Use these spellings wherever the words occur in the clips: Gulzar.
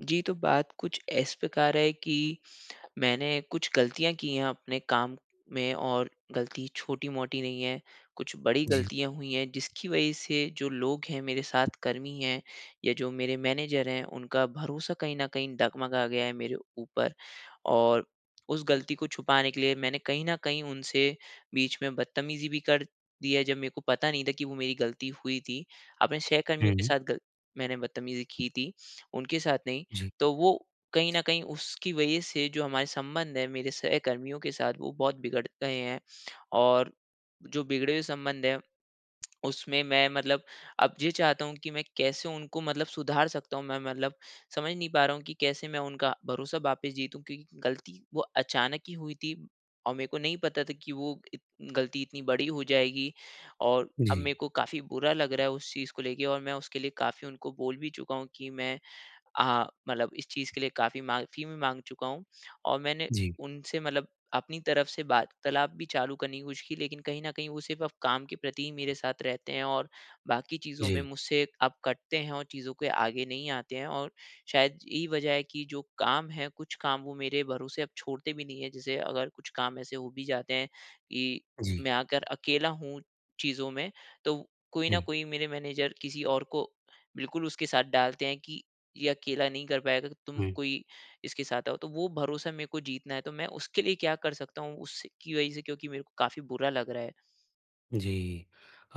जी, तो बात कुछ इस प्रकार है कि मैंने कुछ गलतियाँ की हैं अपने काम में। और गलती छोटी-मोटी नहीं है, कुछ बड़ी जी। गलतियाँ हुई हैं जिसकी वज़ह से जो लोग हैं मेरे साथ कर्मी हैं या जो मेरे मैनेजर हैं उनका भरोसा कहीं न कहीं डगमगा गया है मेरे ऊपर। और उस गलती को छुपाने के लिए मैंने कहीं न कहीं उनसे बीच में बदतमीज़ी भी कर दी है, जब मेरे को पता नहीं था कि वो मेरी गलती हुई थी। अपने सहकर्मियों हुँ, के हुँ। साथ गल मैंने बदतमीज़ी की थी, उनके साथ नहीं। जी, तो वो कहीं न कहीं उसकी वजह से जो हमारे संबंध है मेरे सहकर्मियों के साथ, वो बहुत बिगड़ गए हैं। और जो बिगड़े हुए संबंध हैं उसमें मैं मतलब अब ये चाहता हूँ कि मैं कैसे उनको मतलब सुधार सकता हूँ। मैं मतलब समझ नहीं पा रहा हूँ कि कैसे मैं उनका भरोसा वापस जीतूँ, क्योंकि गलती वो अचानक ही हुई थी और मेरे को नहीं पता था कि वो इत गलती इतनी बड़ी हो जाएगी। और अब मेरे जी, को काफ़ी बुरा लग रहा है उस चीज़ को लेके, और मैं उसके लिए काफ़ी उनको बोल भी चुका हूँ कि मैं मतलब इस चीज़ के लिए काफ़ी माफ़ी भी माँग चुका हूँ। और मैंने जी, उनसे मतलब अपनी तरफ से वार्तालाप भी चालू करने की कोशिश की, लेकिन कहीं न कहीं वो सिर्फ़ अब काम के प्रति ही मेरे साथ रहते हैं, और बाकी चीज़ों में जी, मुझसे अब कटते हैं और चीज़ों के आगे नहीं आते हैं। और शायद यही वजह है कि जो काम है, कुछ काम वो मेरे भरोसे अब छोड़ते भी नहीं हैं। जैसे अगर कुछ काम ऐसे हो भी जाते हैं कि जी। मैं अगर अकेला हूँ चीज़ों में, तो कोई न हुँ, कोई मेरे मैनेजर किसी और को बिल्कुल उसके साथ डालते हैं कि, "ये अकेला नहीं कर पाएगा, तुम हुँ। कोई इसके साथ आओ", तो वो भरोसा मेरे को जीतना है, तो मैं उसके लिए क्या कर सकता हूँ उससे की वज़ह से, क्योंकि मेरे को काफ़ी बुरा लग रहा है। जी,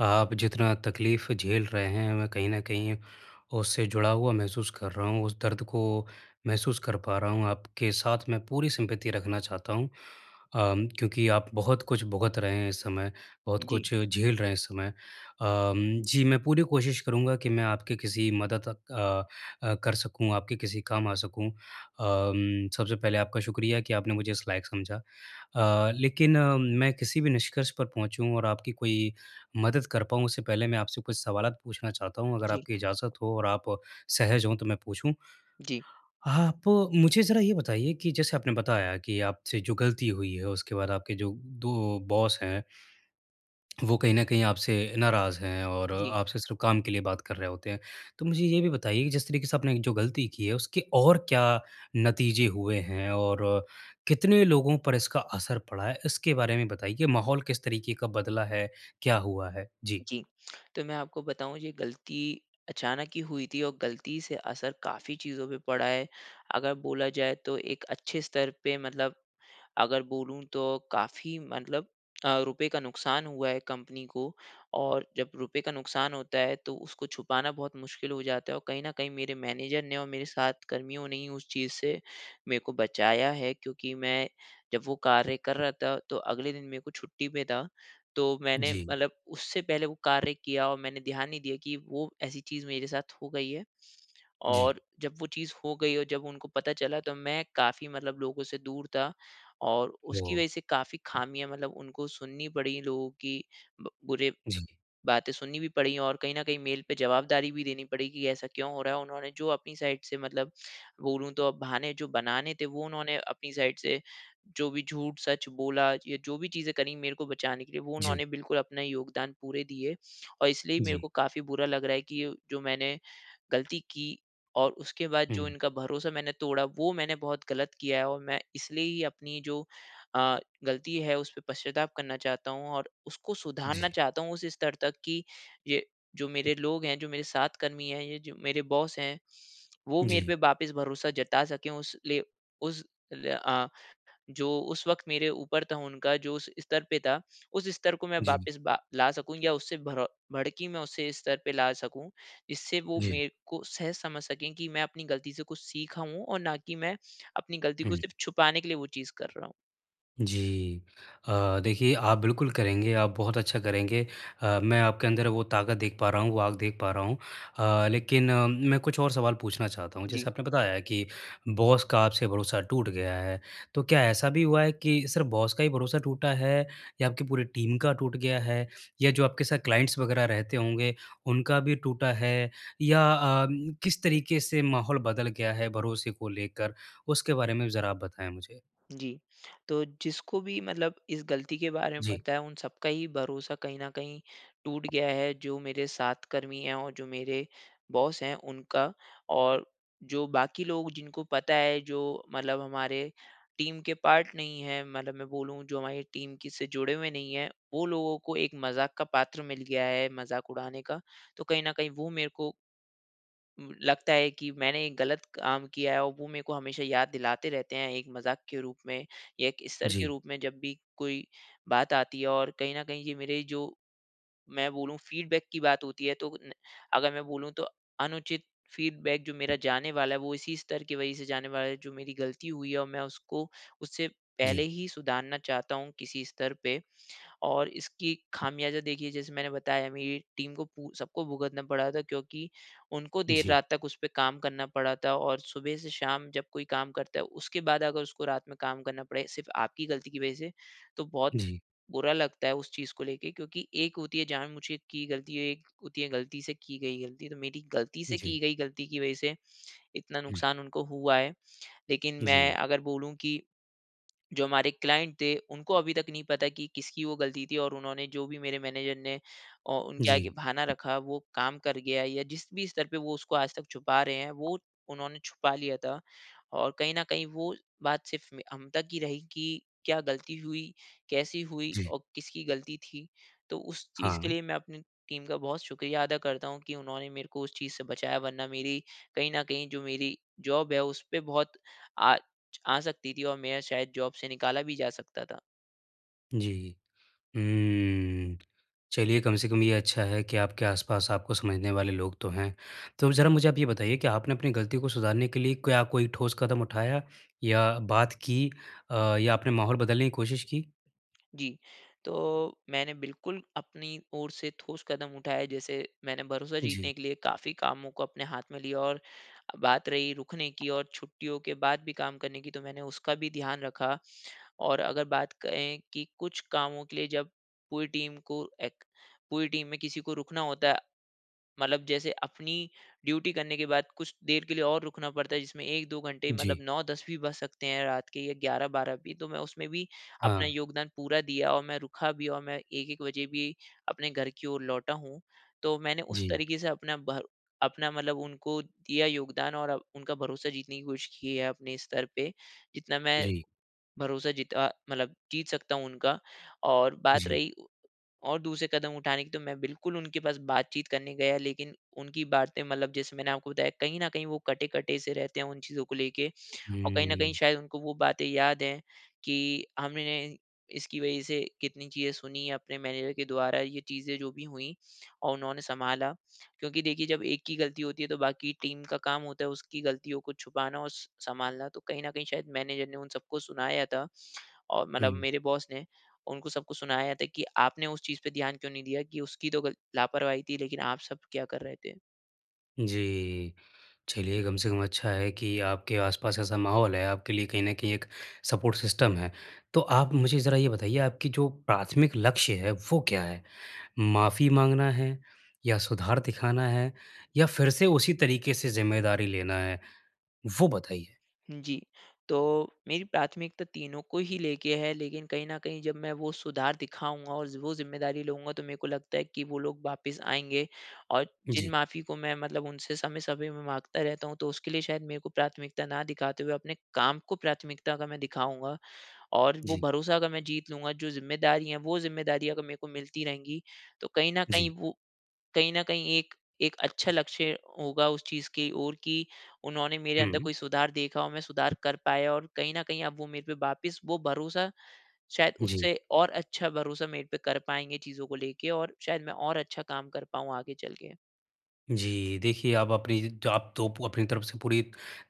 आप जितना तकलीफ़ झेल रहे हैं, मैं कहीं न कहीं उससे जुड़ा हुआ महसूस कर रहा हूँ, उस दर्द को महसूस कर पा रहा हूँ। आपके साथ मैं पूरी सिम्पैथी रखना चाहता हूँ क्योंकि आप बहुत कुछ भुगत रहे हैं इस समय, बहुत जी। कुछ झेल रहे हैं इस समय। जी, मैं पूरी कोशिश करूँगा कि मैं आपकी किसी मदद कर सकूँ, आपके किसी काम आ सकूँ। सबसे पहले आपका शुक्रिया कि आपने मुझे इस लायक समझा। लेकिन मैं किसी भी निष्कर्ष पर पहुँचूँ और आपकी कोई मदद कर पाऊँ उससे पहले मैं आपसे कुछ सवालात पूछना चाहता हूँ अगर जी। आपकी इजाज़त हो और आप सहज हों तो मैं पूछूँ? जी। आप मुझे ज़रा ये बताइए कि जैसे आपने बताया कि आपसे जो गलती हुई है उसके बाद आपके जो 2 बॉस हैं वो कहीं न कहीं आपसे नाराज़ हैं और जी। आपसे सिर्फ़ काम के लिए बात कर रहे होते हैं। तो मुझे ये भी बताइए कि जिस तरीके से आपने जो गलती की है उसके और क्या नतीजे हुए हैं और कितने लोगों पर इसका असर पड़ा है? इसके बारे में बताइए। माहौल किस तरीके का बदला है? क्या हुआ है? जी। जी, तो मैं आपको बताऊँ ये गलती अचानक ही हुई थी, और गलती से असर काफ़ी चीज़ों पे पड़ा है। अगर बोला जाए तो एक अच्छे स्तर पे मतलब अगर बोलूँ तो काफ़ी मतलब रुपए का नुकसान हुआ है कंपनी को। और जब रुपए का नुकसान होता है, तो उसको छुपाना बहुत मुश्किल हो जाता है। और कहीं न कहीं मेरे मैनेजर ने और मेरे साथ कर्मियों ने ही उस चीज़ से मेरे को बचाया है, क्योंकि मैं जब वो कार्य कर रहा था तो अगले दिन मेरे को छुट्टी पे था। तो मैंने जी, मतलब उससे पहले वो कार्य किया और मैंने ध्यान नहीं दिया कि वो ऐसी चीज़ मेरे साथ हो गई है। जी। और जब वो चीज़ हो गई और जब उनको पता चला, तो मैं काफ़ी मतलब लोगों से दूर था, और उसकी ओह! वज़ह से काफ़ी ख़ामियाँ मतलब उनको सुननी पड़ी लोगों की। ब बुरे जी। बातें सुननी भी पड़ी और कहीं न कहीं मेल पे जवाबदारी भी देनी पड़ी कि ऐसा क्यों हो रहा है। उन्होंने जो अपनी साइड से मतलब बोलूँ तो अब बहाने जो बनाने थे वो उन्होंने अपनी साइड से जो भी झूठ सच बोला या जो भी चीज़ें करी मेरे को बचाने के लिए, वो जी, उन्होंने बिल्कुल अपना योगदान पूरे दिए। और इसलिए मेरे जी। को काफ़ी बुरा लग रहा है कि ये जो मैंने गलती की और उसके बाद जो हुँ। इनका भरोसा मैंने तोड़ा, वो मैंने बहुत गलत किया है। और मैं इसलिए ही अपनी जो अ, गलती है उस पे पश्चाताप करना चाहता हूँ और उसको सुधारना जी, चाहता हूँ उस स्तर तक कि ये जो मेरे लोग हैं, जो मेरे साथकर्मी हैं, ये जो मेरे बॉस हैं, वो मेरे पे जी, वापस भरोसा जता सकें, उस ले उस ल अ, जो उस वक़्त मेरे ऊपर था उनका जो उस स्तर पे था, उस स्तर को मैं जी, वापस बा ला सकूँ या उससे भर भड़की मैं उससे स्तर पे ला सकूँ, जिससे वो जी। मेरे को सहज समझ सकें कि मैं अपनी गलती से कुछ सीखा हूँ और ना कि मैं अपनी गलती को हुँ। सिर्फ़ छुपाने के लिए वो चीज़ कर रहा हूँ। जी। देखिए आप बिल्कुल करेंगे, आप बहुत अच्छा करेंगे। मैं आपके अंदर वो ताकत देख पा रहा हूँ, वो आग देख पा रहा हूँ। लेकिन मैं कुछ और सवाल पूछना चाहता हूँ। जी। जैसे आपने बताया कि बॉस का आपसे भरोसा टूट गया है, तो क्या ऐसा भी हुआ है कि सिर्फ़ बॉस का ही भरोसा टूटा है या आपकी पूरी टीम का टूट गया है? या जो आपके साथ क्लाइंट्स वग़ैरह रहते होंगे, उनका भी टूटा है? या किस तरीके से माहौल बदल गया है भरोसे को लेकर? उसके बारे में ज़रा आप बताएँ मुझे। जी। तो जिसको भी मतलब इस गलती के बारे में जी, पता है, उन सबका ही भरोसा कहीं न कहीं टूट गया है, जो मेरे साथकर्मी हैं और जो मेरे बॉस हैं उनका। और जो बाकी लोग जिनको पता है, जो मतलब हमारे टीम के पार्ट नहीं हैं, मतलब मैं बोलूँ जो हमारी टीम की से जुड़े हुए नहीं हैं, वो लोगों को एक मज़ाक का पात्र मिल गया है, मज़ाक उड़ाने का। तो कहीं न कहीं वो मेरे को लगता है कि मैंने एक गलत काम किया है, और वो मेरे को हमेशा याद दिलाते रहते हैं एक मज़ाक के रूप में या एक स्तर जी। के रूप में, जब भी कोई बात आती है। और कहीं न कहीं ये मेरे जो मैं बोलूँ फीडबैक की बात होती है तो न अगर मैं बोलूँ तो अनुचित फीडबैक जो मेरा जाने वाला है वो इसी स्तर की वज़ह से जाने वाला है, जो मेरी गलती हुई है और मैं उसको उससे जी, पहले ही सुधारना चाहता हूँ किसी स्तर पे। और इसकी खामियाजा देखिए, जैसे मैंने बताया मेरी टीम को पू सबको भुगतना पड़ा था, क्योंकि उनको देर जी, रात तक उस पे काम करना पड़ा था। और सुबह से शाम जब कोई काम करता है, उसके बाद अगर उसको रात में काम करना पड़े सिर्फ आपकी गलती की वजह से, तो बहुत जी, बुरा लगता है उस चीज़ को लेके, क्योंकि एक होती है जानबूझ के की गलती, एक होती है गलती से की गई गलती। तो मेरी गलती से की जी, गई गलती की वजह से इतना हुँ, नुकसान उनको हुआ है। लेकिन मैं जी, अगर बोलूँ कि जो हमारे क्लाइंट थे, उनको अभी तक नहीं पता कि किसकी वो गलती थी। और उन्होंने जो भी मेरे मैनेजर ने औ उनके आगे जी, बहाना रखा, वो काम कर गया, या जिस भी स्तर पे वो उसको आज तक छुपा रहे हैं, वो उन्होंने छुपा लिया था। और कहीं न कहीं वो बात सिर्फ़ मे हम तक ही रही कि क्या गलती हुई, कैसी हुई जी, और किसकी गलती थी। तो उस चीज़ के हाँ, लिए मैं अपनी टीम का बहुत शुक्रिया अदा करता हूँ कि उन्होंने मेरे को उस चीज़ से बचाया, वरना मेरी कहीं न कहीं जो मेरी जॉब है, उस पे बहुत आ आ सकती थी और मेरा शायद जॉब से निकाला भी जा सकता था। जी। हुँ, चलिए कम से कम ये अच्छा है कि आपके आस-पास आपको समझने वाले लोग तो हैं। तो ज़रा मुझे आप ये बताइए कि आपने अपनी गलती को सुधारने के लिए क्या कोई ठोस कदम उठाया या बात की या आपने माहौल बदलने की कोशिश की? जी, तो मैंने बिल्कुल अपनी ओर से ठोस कदम उठाए, जैसे मैंने भरोसा जीतने जी, के लिए काफ़ी कामों को अपने हाथ में लिया। और बात रही रुकने की और छुट्टियों के बाद भी काम करने की, तो मैंने उसका भी ध्यान रखा। और अगर बात करें कि कुछ कामों के लिए जब पूरी टीम को एक पूरी टीम में किसी को रुकना होता है, मतलब जैसे अपनी ड्यूटी करने के बाद कुछ देर के लिए और रुकना पड़ता है जिसमें 1-2 घंटे, मतलब जी, 9-10 भी बज सकते हैं रात के, या 11-12 भी। तो मैं उसमें भी अपना हाँ, योगदान पूरा दिया और मैं रुका भी, और मैं 1-1 बजे भी अपने घर की ओर लौटा हूँ। तो मैंने उस जी, तरीके से अपना मतलब उनको दिया योगदान, और अब उनका भरोसा जीतने की कोशिश की है अपने स्तर पे, जितना मैं जी, भरोसा जीता मतलब जीत सकता हूँ उनका। और बात जी, रही और दूसरे कदम उठाने की, तो मैं बिल्कुल उनके पास बातचीत करने गया, लेकिन उनकी बातें मतलब जैसे मैंने आपको बताया कहीं न कहीं वो कटे-कटे से रहते हैं उन चीज़ों को लेके। और कहीं न कहीं हुँ, शायद उनको वो बातें याद हैं कि हमने इसकी वज़ह से कितनी चीज़ें सुनी अपने मैनेजर के द्वारा, ये चीज़ें जो भी हुईं और उन्होंने सँभाला। क्योंकि देखिए जब एक की गलती होती है, तो बाकी टीम का काम होता है उसकी गलतियों को छुपाना और स सँभालना। तो कहीं न कहीं शायद मैनेजर ने उन सबको सुनाया था। और मतलब हुँ। मेरे बॉस ने उनको सबको सुनाया था कि आपने उस चीज़ पे ध्यान क्यों नहीं दिया, कि उसकी तो गल लापरवाही थी, लेकिन आप सब क्या कर रहे थे? जी। चलिए कम से कम अच्छा है कि आपके आसपास ऐसा माहौल है, आपके लिए कहीं न कहीं एक सपोर्ट सिस्टम है। तो आप मुझे ज़रा ये बताइए आपकी जो प्राथमिक लक्ष्य है वो क्या है? माफ़ी माँगना है या सुधार दिखाना है या फिर से उसी तरीके से ज़िम्मेदारी लेना है? वो बताइए। जी, तो मेरी प्राथमिकता तीनों को ही लेके है, लेकिन कहीं न कहीं जब मैं वो सुधार दिखाऊँगा और वो ज़िम्मेदारी लूँगा, तो मेरे को लगता है कि वो लोग वापस आएँगे। और जिन जी, माफ़ी को मैं मतलब उनसे समय-समय में माँगता रहता हूँ, तो उसके लिए शायद मेरे को प्राथमिकता ना दिखाते हुए अपने काम को प्राथमिकता का मैं दिखाऊँगा, और वो जी, भरोसा अगर मैं जीत लूँगा, जो ज़िम्मेदारी है, वो ज़िम्मेदारी अगर मेरे को मिलती रहेंगी, तो कहीं न जी। कहीं वो, कहीं न कहीं एक एक अच्छा लक्ष्य होगा उस चीज़ की ओर कि उन्होंने मेरे अंदर हुँ, कोई सुधार देखा और मैं सुधार कर पाया। और कहीं न कहीं अब वो मेरे पे वापस वो भरोसा, शायद जी। उससे और अच्छा भरोसा मेरे पे कर पाएँगे चीज़ों को लेके, और शायद मैं और अच्छा काम कर पाऊँ आगे चल के। जी, देखिए आप अपनी जो आप तो पू- अपनी तरफ से पूरी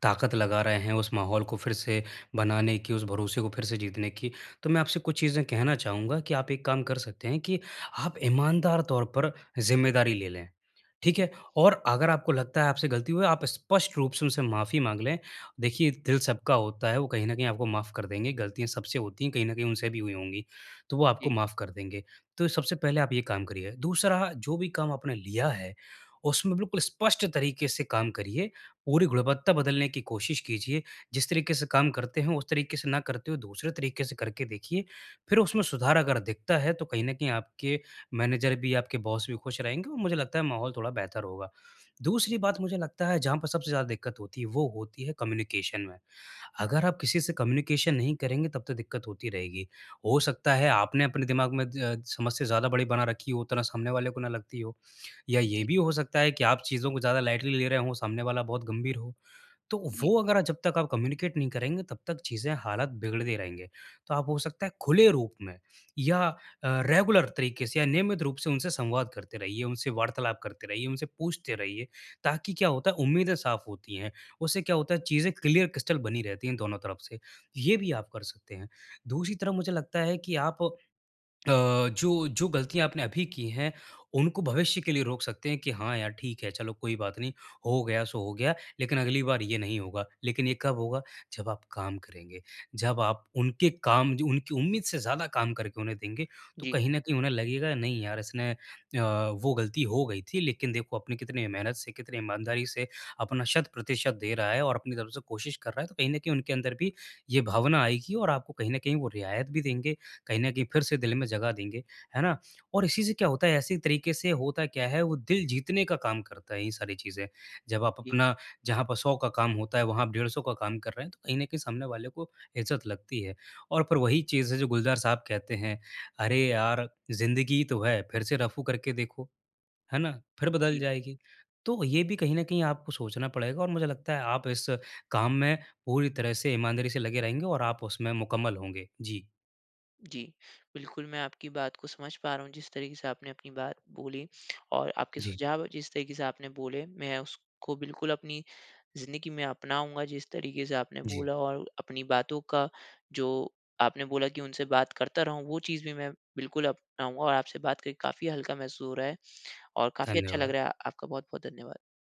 ताकत लगा रहे हैं उस माहौल को फिर से बनाने की, उस भरोसे को फिर से जीतने की। तो मैं आपसे कुछ चीज़ें कहना चाहूँगा कि आप एक काम कर सकते हैं कि आप ईमानदार तौर पर ज़िम्मेदारी ले लें, ठीक जी। है? और अगर आपको लगता है आपसे गलती हुई है, आप स्पष्ट रूप से उनसे माफ़ी माँग लें। देखिए दिल सबका होता है, वो कहीं न कहीं आपको माफ़ कर देंगे, गलतियाँ सबसे होती हैं, कहीं न कहीं उनसे भी हुई होंगी, तो वो आपको जी। माफ़ कर देंगे। तो सबसे पहले आप ये काम करिए। दूसरा जो भी काम आपने लिया है उसमें बिल्कुल स्पष्ट तरीके से काम करिए, पूरी गुणवत्ता बदलने की कोशिश कीजिए, जिस तरीके से काम करते हैं, उस तरीके से ना करते हुए दूसरे तरीके से करके देखिए। फिर उसमें सुधार अगर दिखता है, तो कहीं न कहीं आपके मैनेजर भी, आपके बॉस भी खुश रहेंगे और मुझे लगता है माहौल थोड़ा बेहतर होगा। दूसरी बात मुझे लगता है, जहाँ पर सबसे ज़्यादा दिक्कत होती है, वो होती है कम्युनिकेशन में। अगर आप किसी से कम्युनिकेशन नहीं करेंगे तब तो दिक्कत होती रहेगी। हो सकता है आपने अपने दिमाग में ज समस्या ज़्यादा बड़ी बना रखी हो, उतना सामने वाले को ना लगती हो या ये जी। भी हो सकता है कि आप चीज़ों को ज़्यादा लाइटली ले रहे हों, सामने वाला बहुत गंभीर हो। तो जी। वो अगर आप- जब तक आप कम्युनिकेट नहीं करेंगे तब तक चीज़ें हालात बिगड़ते रहेंगे। तो आप हो सकता है खुले रूप में या रेगुलर तरीके से या नियमित रूप से उनसे संवाद करते रहिए, उनसे वार्तालाप करते रहिए, उनसे पूछते रहिए ताकि क्या होता है उम्मीदें साफ़ होती हैं। उससे क्या होता है चीज़ें क्लियर क्रिस्टल बनी रहती हैं दोनों तरफ से। ये भी आप कर सकते हैं। दूसरी तरफ मुझे लगता है कि आप जो जो गलतियाँ आपने अभी की हैं, उनको भविष्य के लिए रोक सकते हैं कि हाँ यार, ठीक है, चलो कोई बात नहीं, हो गया सो हो गया, लेकिन अगली बार ये नहीं होगा। लेकिन ये कब होगा? जब आप काम करेंगे, जब आप उनके काम जो उनकी उम्मीद से ज़्यादा काम करके उन्हें देंगे, तो जी। कहीं न कहीं उन्हें लगेगा, नहीं यार, इसने वो गलती हो गई थी, लेकिन देखो अपने कितने मेहनत से, कितने ईमानदारी से अपना शत-प्रतिशत दे रहा है और अपनी तरफ से कोशिश कर रहा है, तो कहीं न कहीं उनके अंदर भी ये भावना आएगी और आपको कहीं न कहीं वो रियायत भी देंगे कहीं न कहीं फिर से दिल में जगह देंगे, है ना? और इसी से क्या होता है ऐसे तरीके से होता क्या है वो दिल जीतने का काम करता है ये सारी चीज़ें। जब आप जी। अपना जहाँ पर 100 का काम होता है वहाँ आप 150 का काम कर रहे हैं तो कहीं न कहीं सामने वाले को इज़्ज़त लगती है। और पर वही चीज़ है जो गुलज़ार साहब कहते हैं, "अरे यार! ज़िंदगी तो है, फिर से रफ़ू करके देखो, है ना? फिर बदल जी। जाएगी।" तो ये भी कहीं न कहीं आपको सोचना पड़ेगा और मुझे लगता है आप इस काम में पूरी तरह से ईमानदारी से लगे रहेंगे और आप उसमें मुकम्मल होंगे। जी। जी, बिल्कुल मैं आपकी बात को समझ पा रहा हूँ जिस तरीके से आपने अपनी बात बोली, और आपके जी। सुझाव जिस तरीके से आपने बोले, मैं उसको बिल्कुल अपनी ज़िंदगी में अपनाऊँगा जिस तरीके से आपने जी। बोला। और अपनी बातों का जो आपने बोला कि उनसे बात करता रहूँ, वो चीज़ भी मैं बिल्कुल अपनाऊँगा, और आपसे बात करके काफ़ी हल्का महसूस हो रहा है और काफ़ी अच्छा लग धन्यवाद रहा है। आपका बहुत-बहुत धन्यवाद।